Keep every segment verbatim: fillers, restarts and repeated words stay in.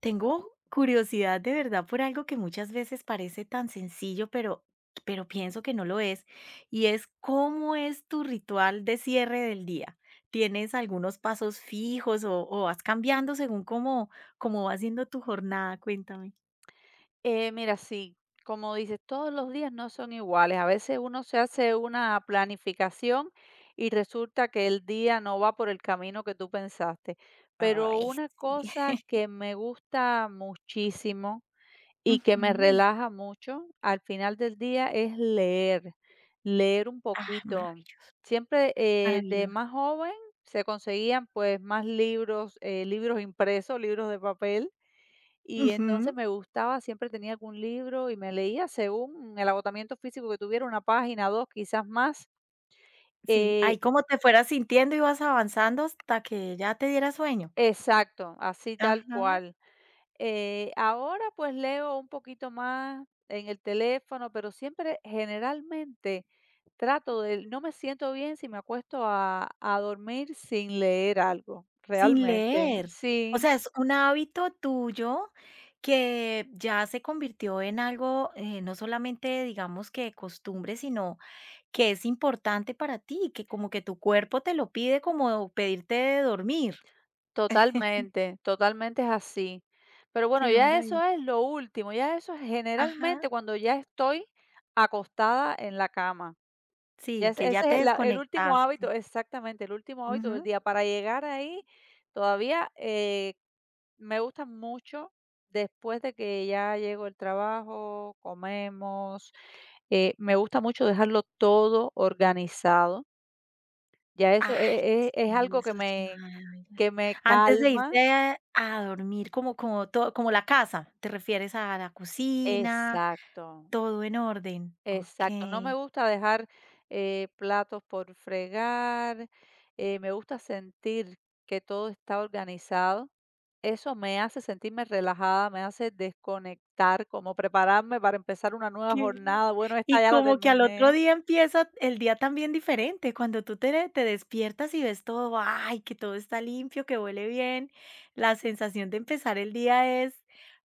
Tengo curiosidad de verdad por algo que muchas veces parece tan sencillo, pero, pero pienso que no lo es, y es cómo es tu ritual de cierre del día. ¿Tienes algunos pasos fijos o, o vas cambiando según cómo, cómo va siendo tu jornada? Cuéntame. Eh, mira, sí, como dices, todos los días no son iguales. A veces uno se hace una planificación y resulta que el día no va por el camino que tú pensaste. Pero Ay, una sí. cosa que me gusta muchísimo y que me Ujú. relaja mucho al final del día es leer, leer un Ah, poquito. maravilloso, Siempre eh, de maravilloso. más joven se conseguían pues más libros, eh, libros impresos, libros de papel y Ujú. entonces me gustaba, siempre tenía algún libro y me leía según el agotamiento físico que tuviera, una página, dos, quizás más. Sí, Eh, ahí como te fueras sintiendo y vas avanzando hasta que ya te diera sueño. exacto, así tal Ajá. cual. Eh, ahora pues leo un poquito más en el teléfono, pero siempre generalmente trato de, no me siento bien si me acuesto a, a dormir sin leer algo, Sin realmente. leer. O Sí. sea, es un hábito tuyo que ya se convirtió en algo, eh, no solamente digamos que costumbre, sino que es importante para ti, que como que tu cuerpo te lo pide como pedirte de dormir. Totalmente, totalmente es así. Pero Qué bueno, ya maravilla. eso es lo último, ya eso es Ajá. generalmente cuando ya estoy acostada en la cama. Ya Sí, ese que ya te ese es la el último hábito, desconectaste. exactamente, el último hábito del Ujú. día. Para llegar ahí, todavía, eh, me gusta mucho después de que ya llego el trabajo, comemos, eh, me gusta mucho dejarlo todo organizado. Ya Ay, eso e e es sí, algo que eso me es maravilloso. que me Antes de calma. irte a a dormir, como como todo, como la casa, ¿te refieres a la cocina? Exacto, Todo en orden, exacto. No me okey. gusta dejar, eh, platos por fregar, eh, me gusta sentir que todo está organizado. Eso me hace sentirme relajada, me hace desconectar, como prepararme para empezar una nueva Qué bien. jornada. Bueno, esta Y ya la como que al otro terminé. día empieza el día también diferente, cuando tú te te despiertas y ves todo, ay, que todo está limpio, que huele bien, la sensación de empezar el día es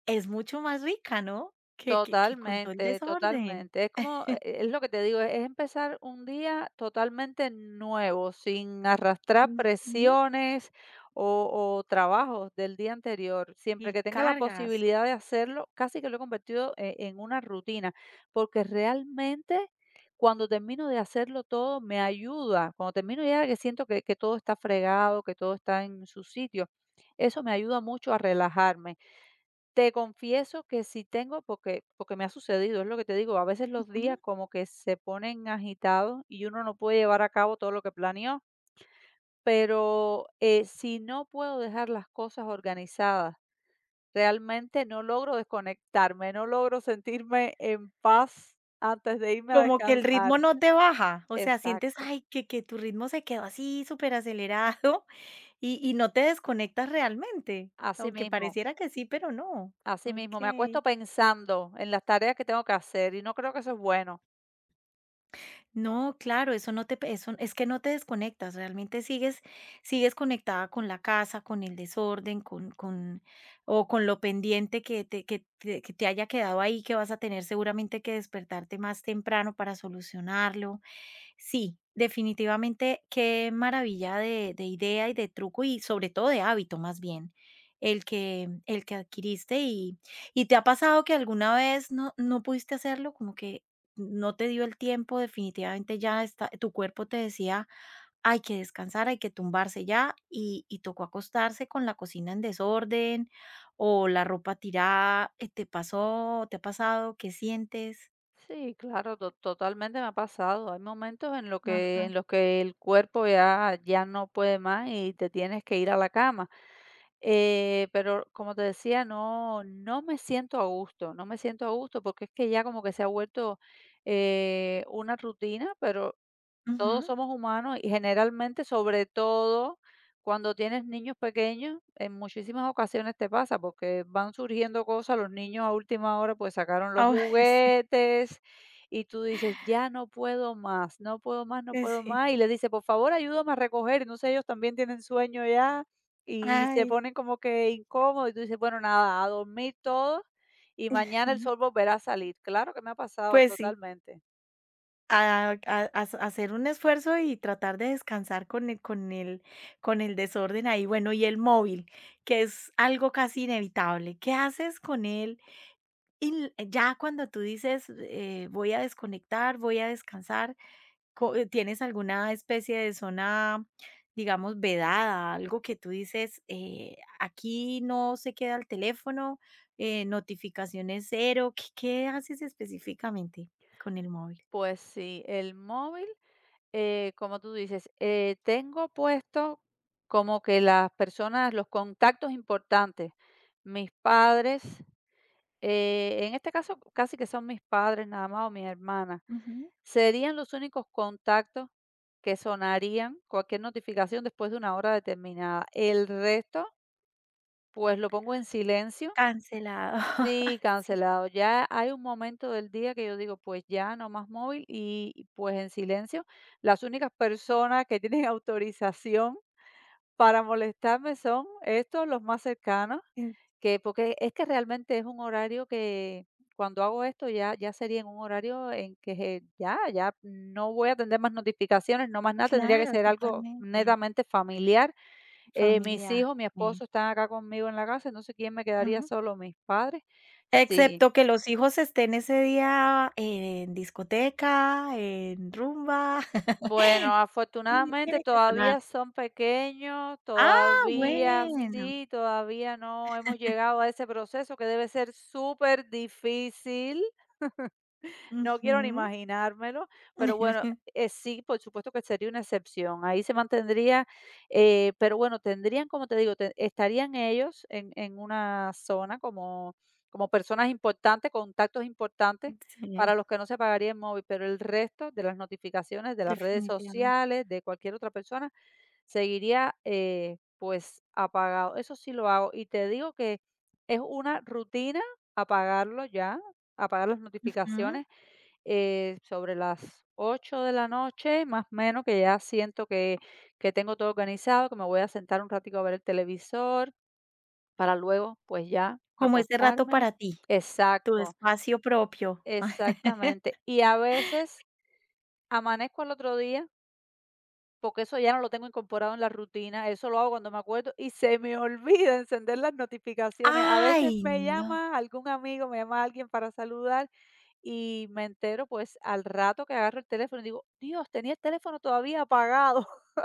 es mucho más rica, ¿no? Que que que con todo el Totalmente, desorden. totalmente. Es como, eh, es lo que te digo, es es empezar un día totalmente nuevo, sin arrastrar Ujú. presiones o, o trabajos del día anterior. Siempre Y que tenga la cargas. posibilidad de hacerlo, casi que lo he convertido, eh, en una rutina, porque realmente cuando termino de hacerlo todo me ayuda. Cuando termino ya que siento que, que todo está fregado, que todo está en su sitio, eso me ayuda mucho a relajarme. Te confieso que sí tengo, porque porque me ha sucedido, es lo que te digo, a veces los Ujú. días como que se ponen agitados y uno no puede llevar a cabo todo lo que planeó, pero, eh, si no puedo dejar las cosas organizadas, realmente no logro desconectarme, no logro sentirme en paz antes de irme a Como que el descansar. ritmo no te baja, o sea, sientes, Exacto, ay, que que tu ritmo se quedó así superacelerado. Y y no te desconectas realmente, así aunque mismo, pareciera que sí, pero no. así mismo, me Okey. acuesto pensando en las tareas que tengo que hacer y no creo que eso es bueno. No, claro, eso no te pe eso es que no te desconectas, realmente sigues sigues conectada con la casa, con el desorden, con con o con lo pendiente que te que te que te haya quedado ahí, que vas a tener seguramente que despertarte más temprano para solucionarlo. Sí, definitivamente, qué maravilla de, de idea y de truco y sobre todo de hábito más bien, el que, el que adquiriste y, y te ha pasado que alguna vez no, no pudiste hacerlo, como que no te dio el tiempo, definitivamente ya está, tu cuerpo te decía, hay que descansar, hay que tumbarse ya y, y tocó acostarse con la cocina en desorden o la ropa tirada, eh, ¿te pasó? ¿Te ha pasado? ¿Qué sientes? Sí, claro, to- totalmente me ha pasado. Hay momentos en los que, Ajá. en los que el cuerpo ya, ya no puede más y te tienes que ir a la cama. Eh, pero como te decía, no, no me siento a gusto, no me siento a gusto porque es que ya como que se ha vuelto, eh, una rutina, pero todos Ujú. somos humanos y generalmente, sobre todo cuando tienes niños pequeños, en muchísimas ocasiones te pasa porque van surgiendo cosas, los niños a última hora pues sacaron los Ah, sí. juguetes y tú dices, ya no puedo más, no puedo más, no Eh, puedo sí. más. Y le dices, por favor, ayúdame a recoger. Y no sé, ellos también tienen sueño ya y se Ay, ponen como que incómodos y tú dices, bueno, nada, a dormir todos y mañana el sol volverá a salir. Claro que me ha pasado pues sí, totalmente. a a a hacer un esfuerzo y tratar de descansar con el con el con el desorden ahí. Bueno, y el móvil, que es algo casi inevitable. ¿Qué haces con él? Y l- ya cuando tú dices, eh, voy a desconectar, voy a descansar, co- eh, ¿tienes alguna especie de zona, digamos, vedada, algo que tú dices, eh, aquí no se queda el teléfono, eh, notificaciones cero? ¿Qué, qué haces específicamente con el móvil? Pues sí, el móvil. Eh, como tú dices, eh, tengo puesto como que las personas, los contactos importantes, mis padres, eh, en este caso casi que son mis padres nada más o mi hermana, Ujú. serían los únicos contactos que sonarían cualquier notificación después de una hora determinada. El resto, pues lo pongo en silencio. Cancelado. Sí, Sí, cancelado. Ya hay un momento del día que yo digo, pues ya no más móvil y pues en silencio. Las únicas personas que tienen autorización para molestarme son estos, los más cercanos, Eh, que porque es que realmente es un horario que cuando hago esto ya ya sería en un horario en que je ya ya no voy a atender más notificaciones, no más nada, tendría que claro, ser algo totalmente. netamente familiar. Eh, mis Familiar. hijos, mi Ok. esposo están acá conmigo en la casa, no sé, ¿quién me quedaría Ujú. solo? Mis padres. Sí. Excepto que los hijos estén ese día en discoteca, en rumba. Bueno, Sí, afortunadamente tiene que sonar. todavía son pequeños, Ah, todavía bueno. sí, todavía no hemos llegado a ese proceso que debe ser súper difícil. No quiero ni Ujú. imaginármelo, pero bueno, eh, sí, por supuesto que sería una excepción. Ahí se mantendría, eh, pero bueno, tendrían, como te digo, te- estarían ellos en, en una zona como, como personas importantes, contactos importantes Sí, para los que no se pagaría el móvil, pero el resto de las notificaciones de las redes definitivamente. sociales, de cualquier otra persona, seguiría, eh, pues apagado. Eso sí lo hago y te digo que es una rutina apagarlo ya, apagar las Ujú. notificaciones, eh, sobre las ocho de la noche, más o menos, que ya siento que, que tengo todo organizado, que me voy a sentar un ratico a ver el televisor para luego, pues ya, Como ese rato acostarme. para ti, tu Exacto, espacio propio. exactamente. Y a veces amanezco al otro día, porque eso ya no lo tengo incorporado en la rutina, eso lo hago cuando me acuerdo y se me olvida encender las notificaciones. A veces ¡Ay, me no! llama algún amigo, me llama alguien para saludar y me entero, pues, al rato que agarro el teléfono y digo: "Dios, tenía el teléfono todavía apagado",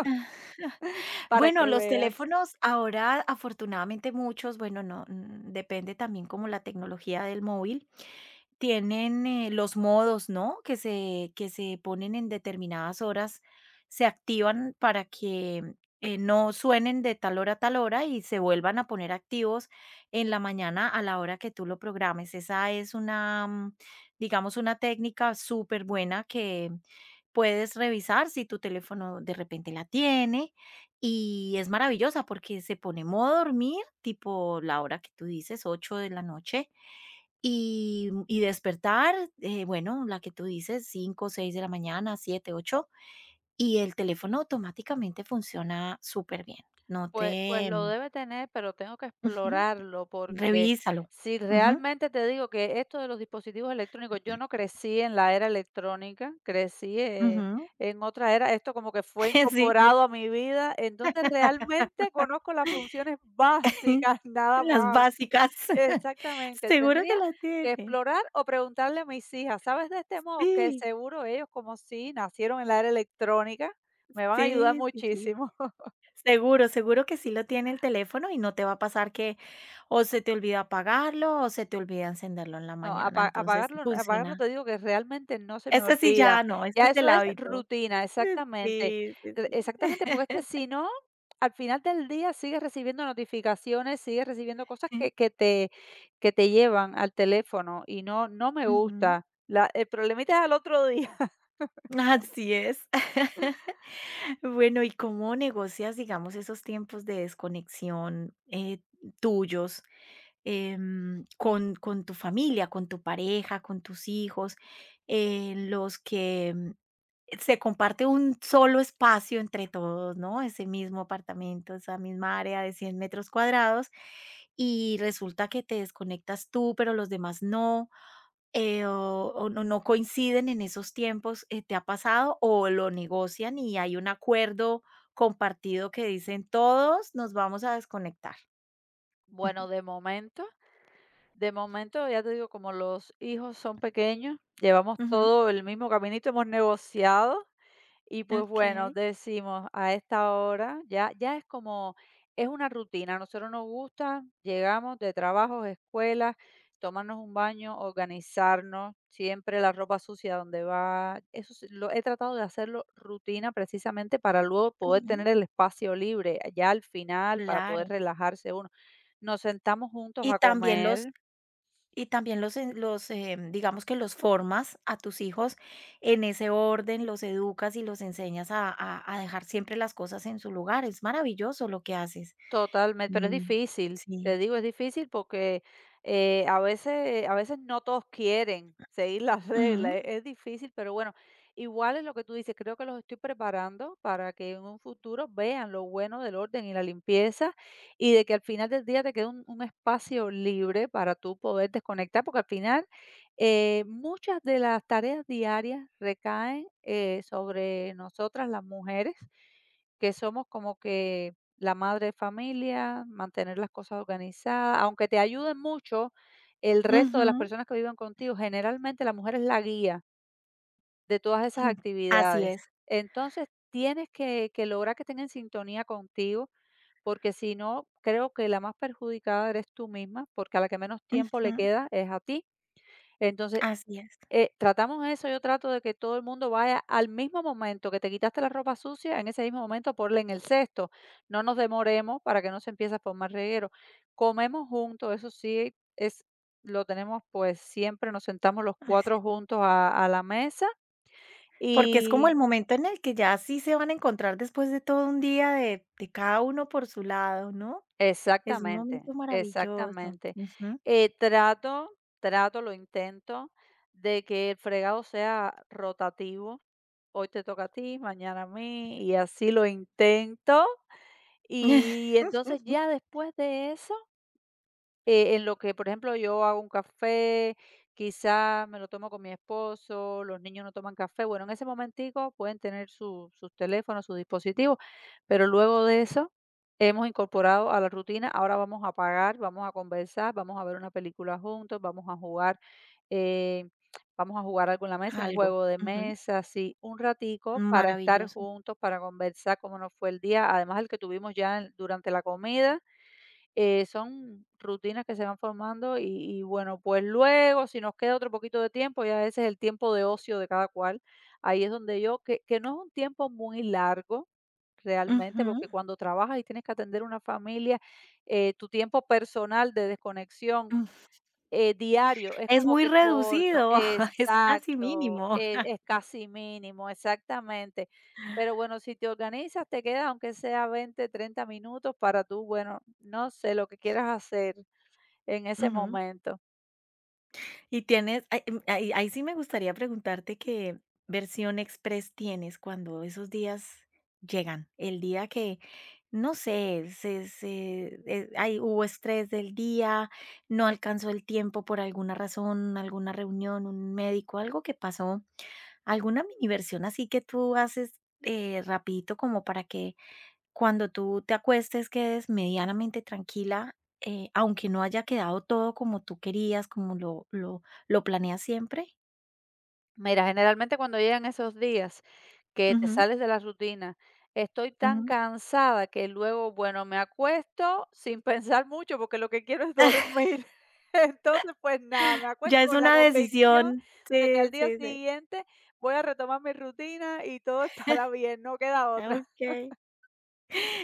para Bueno, que los veas. teléfonos ahora, afortunadamente muchos, bueno, no, mm, depende también como la tecnología del móvil, tienen eh, los modos, ¿no? Que se, que se ponen en determinadas horas, se activan para que eh, no suenen de tal hora a tal hora y se vuelvan a poner activos en la mañana a la hora que tú lo programes. Esa es una, mm, digamos, una técnica súper buena que puedes revisar si tu teléfono de repente la tiene y es maravillosa porque se pone modo dormir, tipo la hora que tú dices, ocho de la noche, y, mm, y despertar, eh, bueno, la que tú dices, cinco seis de la mañana, siete ocho, y el teléfono automáticamente funciona súper bien. No Pues pues te lo mm, debe tener, pero tengo que Ujú, explorarlo, porque revísalo. si Ujú, realmente te digo que esto de los dispositivos electrónicos, yo no crecí en la era electrónica, crecí, eh, ujú, en otra era, esto como que fue sí, incorporado a mi vida, entonces realmente conozco las funciones básicas, nada las más. básicas. Exactamente, Seguro que tendría la que tiene. explorar o preguntarle a mis hijas, ¿sabes de este modo? Que Sí, seguro ellos, como si nacieron en la era electrónica, me van a ayudar sí, sí, sí. muchísimo. Seguro, seguro que sí lo tiene el teléfono y no te va a pasar que o se te olvida apagarlo o se te olvida encenderlo en la No, mañana, apa entonces apagarlo apagarlo funciona. te digo que realmente no se me Ese sí olvida. ya no, ese Ya es eso el es hábito. rutina, exactamente. Sí, sí, E sí. Exactamente, porque es que si no, al final del día sigues recibiendo notificaciones, sigues recibiendo cosas que que te que te llevan al teléfono y no no me Ujú. gusta. La el problemita es al otro día. Así es. Bueno, ¿y cómo negocias, digamos, esos tiempos de desconexión eh, tuyos, em, con, con, tu familia, con tu pareja, con tus hijos, en los que em, se comparte un solo espacio entre todos, ¿no? Ese mismo apartamento, esa misma área de cien metros cuadrados, y resulta que te desconectas tú, pero los demás no. Eh, o o no no coinciden en esos tiempos, eh, ¿te ha pasado? ¿O lo negocian y hay un acuerdo compartido que dicen todos nos vamos a desconectar? Bueno, de momento de momento, ya te digo, como los hijos son pequeños, llevamos Ujú. todo el mismo caminito, hemos negociado. Y pues bueno, Okey. decimos a esta hora, ya, ya es como, es una rutina. A nosotros nos gusta, llegamos de trabajos, escuelas, tomarnos un baño, organizarnos, siempre la ropa sucia donde va. Eso sí, lo he tratado de hacerlo rutina precisamente para luego poder Ujú, tener el espacio libre, ya al final, para poder claro. relajarse uno. Nos sentamos juntos Y a también comer. los y también los en los, em, digamos que los formas a tus hijos en ese orden, los educas y los enseñas a a a dejar siempre las cosas en su lugar. Es maravilloso lo que haces. Totalmente, pero es Mm, difícil, sí. te digo, es difícil porque, eh, a veces a veces no todos quieren seguir las Ujú, reglas, e es difícil, pero bueno, igual es lo que tú dices, creo que los estoy preparando para que en un futuro vean lo bueno del orden y la limpieza, y de que al final del día te quede un un espacio libre para tú poder desconectar, porque al final, eh, muchas de las tareas diarias recaen, eh, sobre nosotras las mujeres, que somos como que la madre de familia, mantener las cosas organizadas, aunque te ayuden mucho el resto de las ujú. personas que viven contigo, generalmente la mujer es la guía de todas esas Así actividades. es. Entonces, tienes que, que lograr que estén en sintonía contigo, porque si no, creo que la más perjudicada eres tú misma, porque a la que menos tiempo Ujú. le queda es a ti. Entonces, Así es, eh, tratamos eso, yo trato de que todo el mundo vaya al mismo momento que te quitaste la ropa sucia, en ese mismo momento ponla en el cesto. No nos demoremos para que no se empiece a formar reguero. Comemos juntos, eso sí es lo tenemos, pues, siempre nos sentamos los as cuatro juntos a a la mesa porque es como y. el momento en el que ya sí se van a encontrar después de todo un día de de cada uno por su lado, ¿no? Es un Exactamente, momento maravilloso. exactamente. Ujú. Eh, trato Trato, lo intento, de que el fregado sea rotativo. Hoy te toca a ti, mañana a mí, y así lo intento. Y entonces ya después de eso, eh, en lo que, por ejemplo, yo hago un café, quizás me lo tomo con mi esposo, los niños no toman café. Bueno, en ese momentico pueden tener su- sus teléfonos, sus dispositivos, pero luego de eso hemos incorporado a la rutina, ahora vamos a pagar, vamos a conversar, vamos a ver una película juntos, vamos a jugar, eh, vamos a jugar algo en la mesa, un Algo. juego de Ujú. mesa, así, un ratico para estar Maravilloso. juntos, para conversar cómo nos fue el día, además el que tuvimos ya en- durante la comida. Eh, son rutinas que se van formando y, y bueno, pues luego, si nos queda otro poquito de tiempo, ya ese es el tiempo de ocio de cada cual. Ahí es donde yo, que, que no es un tiempo muy largo realmente, Ujú. porque cuando trabajas y tienes que atender una familia, eh, tu tiempo personal de desconexión, Mm. eh, diario, es Es como muy que corto, reducido, es casi exacto, mínimo. es es casi mínimo, exactamente. Pero bueno, si te organizas, te queda aunque sea veinte, treinta minutos para tú, bueno, no sé, lo que quieras hacer en ese Ujú. momento. Y tienes, ay, em, ahí ahí sí me gustaría preguntarte qué versión express tienes cuando esos días llegan. El día que, no sé, se, se, eh, ay, hubo estrés del día, no alcanzó el tiempo por alguna razón, alguna reunión, un médico, algo que pasó, alguna mini versión así que tú haces eh, rapidito como para que cuando tú te acuestes quedes medianamente tranquila, eh, aunque no haya quedado todo como tú querías, como lo lo lo planeas siempre. Mira, generalmente cuando llegan esos días que te Ujú, sales de la rutina, estoy tan ujú. cansada que luego, bueno, me acuesto sin pensar mucho porque lo que quiero es dormir. Entonces, pues nada, me Ya acuesto es con la una convicción decisión. de que Sí, al día sí, sí. siguiente voy a retomar mi rutina y todo estará bien, no queda otra. Okey.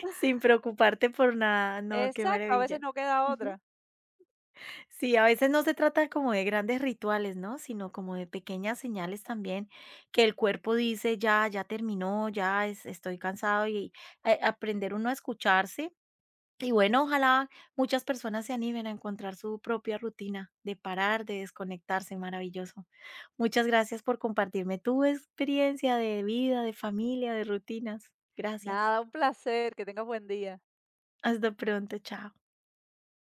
Sin preocuparte por nada. No, qué Exacto, a veces maravilla. no queda Ujú. otra. Sí, a veces no se trata como de grandes rituales, ¿no? Sino como de pequeñas señales también que el cuerpo dice: "Ya, ya terminó, ya es estoy cansado", y, eh, aprender uno a escucharse. Y bueno, ojalá muchas personas se animen a encontrar su propia rutina de parar, de desconectarse, maravilloso. Muchas gracias por compartirme tu experiencia de vida, de familia, de rutinas. Gracias. Nada, un placer, que tengas buen día. Hasta pronto, chao.